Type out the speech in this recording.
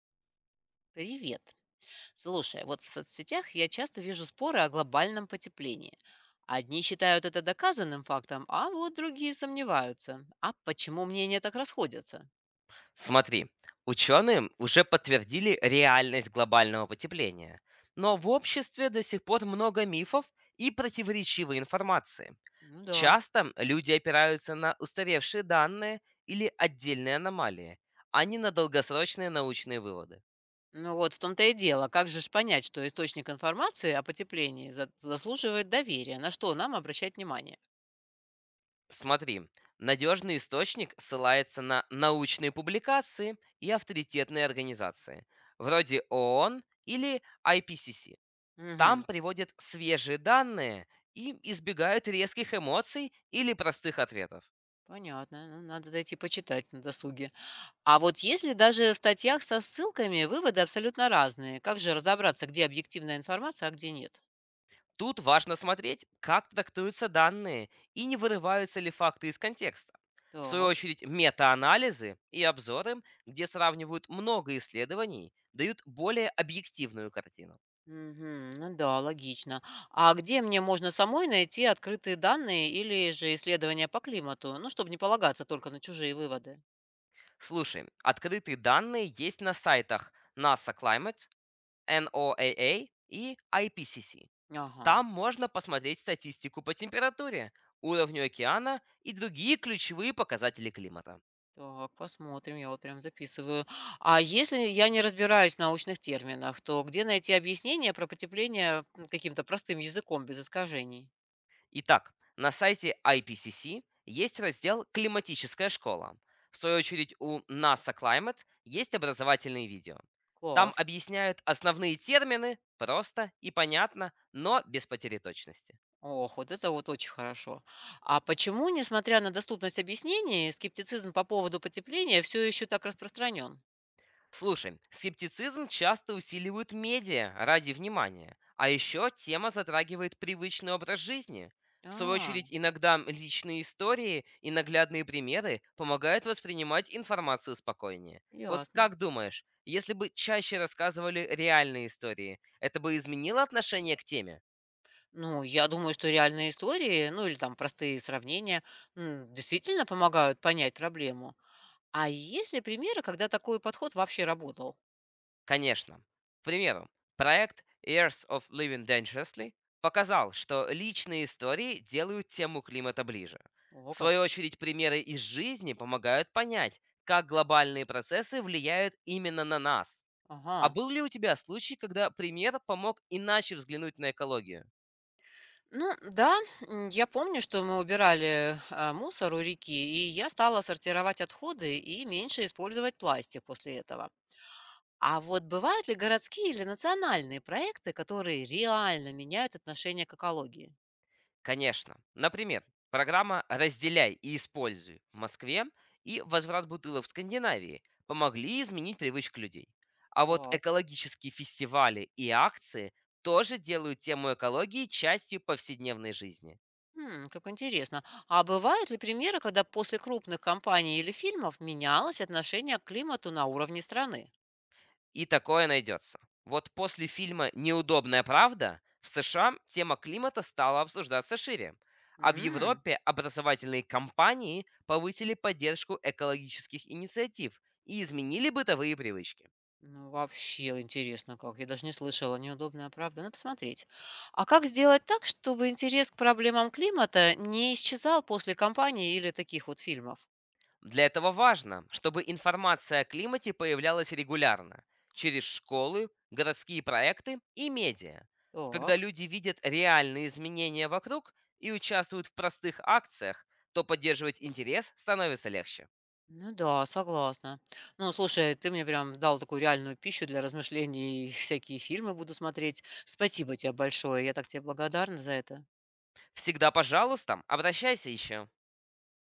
Привет. Слушай, вот в соцсетях я часто вижу споры о глобальном потеплении. Одни считают это доказанным фактом, а вот другие сомневаются. А почему мнения так расходятся? Смотри, ученые уже подтвердили реальность глобального потепления, но в обществе до сих пор много мифов и противоречивой информации. Ну да. Часто люди опираются на устаревшие данные или отдельные аномалии, а не на долгосрочные научные выводы. Ну вот в том-то и дело. Как же ж понять, что источник информации о потеплении заслуживает доверия? На что нам обращать внимание? Смотри, надежный источник ссылается на научные публикации и авторитетные организации, вроде ООН или IPCC. Там Угу. приводят свежие данные и избегают резких эмоций или простых ответов. Понятно. Ну, надо зайти почитать на досуге. А вот если даже в статьях со ссылками выводы абсолютно разные, как же разобраться, где объективная информация, а где нет? Тут важно смотреть, как трактуются данные и не вырываются ли факты из контекста. В свою Так. очередь, метаанализы и обзоры, где сравнивают много исследований, дают более объективную картину. Мгм. Ну да, логично. А где мне можно самой найти открытые данные или же исследования по климату? Ну, чтобы не полагаться только на чужие выводы. Слушай, открытые данные есть на сайтах NASA Climate, NOAA и IPCC. Ага. Там можно посмотреть статистику по температуре, уровню океана и другие ключевые показатели климата. Так, посмотрим, я вот прям записываю. А если я не разбираюсь в научных терминах, то где найти объяснение про потепление каким-то простым языком без искажений? Итак, на сайте IPCC есть раздел «Климатическая школа». В свою очередь у NASA Climate есть образовательные видео. Там Класс. объясняют основные термины просто и понятно, но без потери точности. Ох, вот это вот очень хорошо. А почему, несмотря на доступность объяснений, скептицизм по поводу потепления все еще так распространен? Слушай, скептицизм часто усиливают медиа ради внимания, а еще тема затрагивает привычный образ жизни. В свою А, очередь, иногда личные истории и наглядные примеры помогают воспринимать информацию спокойнее. Вот ясно. как думаешь, если бы чаще рассказывали реальные истории, это бы изменило отношение к теме? Ну, я думаю, что реальные истории, ну или там простые сравнения, действительно помогают понять проблему. А есть ли примеры, когда такой подход вообще работал? Конечно. К примеру, проект Years of Living Dangerously показал, что личные истории делают тему климата ближе. О, В свою как. очередь, примеры из жизни помогают понять, как глобальные процессы влияют именно на нас. А Ага. был ли у тебя случай, когда пример помог иначе взглянуть на экологию? Ну да, я помню, что мы убирали мусор у реки, и я стала сортировать отходы и меньше использовать пластик после этого. А вот бывают ли городские или национальные проекты, которые реально меняют отношение к экологии? Конечно. Например, программа «Разделяй и используй» в Москве и «Возврат бутылок» в Скандинавии помогли изменить привычку людей. А вот экологические фестивали и акции тоже делают тему экологии частью повседневной жизни. М, как интересно. А бывают ли примеры, когда после крупных кампаний или фильмов менялось отношение к климату на уровне страны? И такое найдется. Вот после фильма «Неудобная правда» в США тема климата стала обсуждаться шире. А в М, Европе образовательные компании повысили поддержку экологических инициатив и изменили бытовые привычки. Ну, вообще интересно как. Я даже не слышала. Неудобная правда. Надо посмотреть. А как сделать так, чтобы интерес к проблемам климата не исчезал после кампаний или таких вот фильмов? Для этого важно, чтобы информация о климате появлялась регулярно, через школы, городские проекты и медиа. Когда Так. люди видят реальные изменения вокруг и участвуют в простых акциях, то поддерживать интерес становится легче. Ну да, согласна. Ну, слушай, ты мне прям дал такую реальную пищу для размышлений, и всякие фильмы буду смотреть. Спасибо тебе большое, я так тебе благодарна за это. Всегда, пожалуйста, обращайся еще.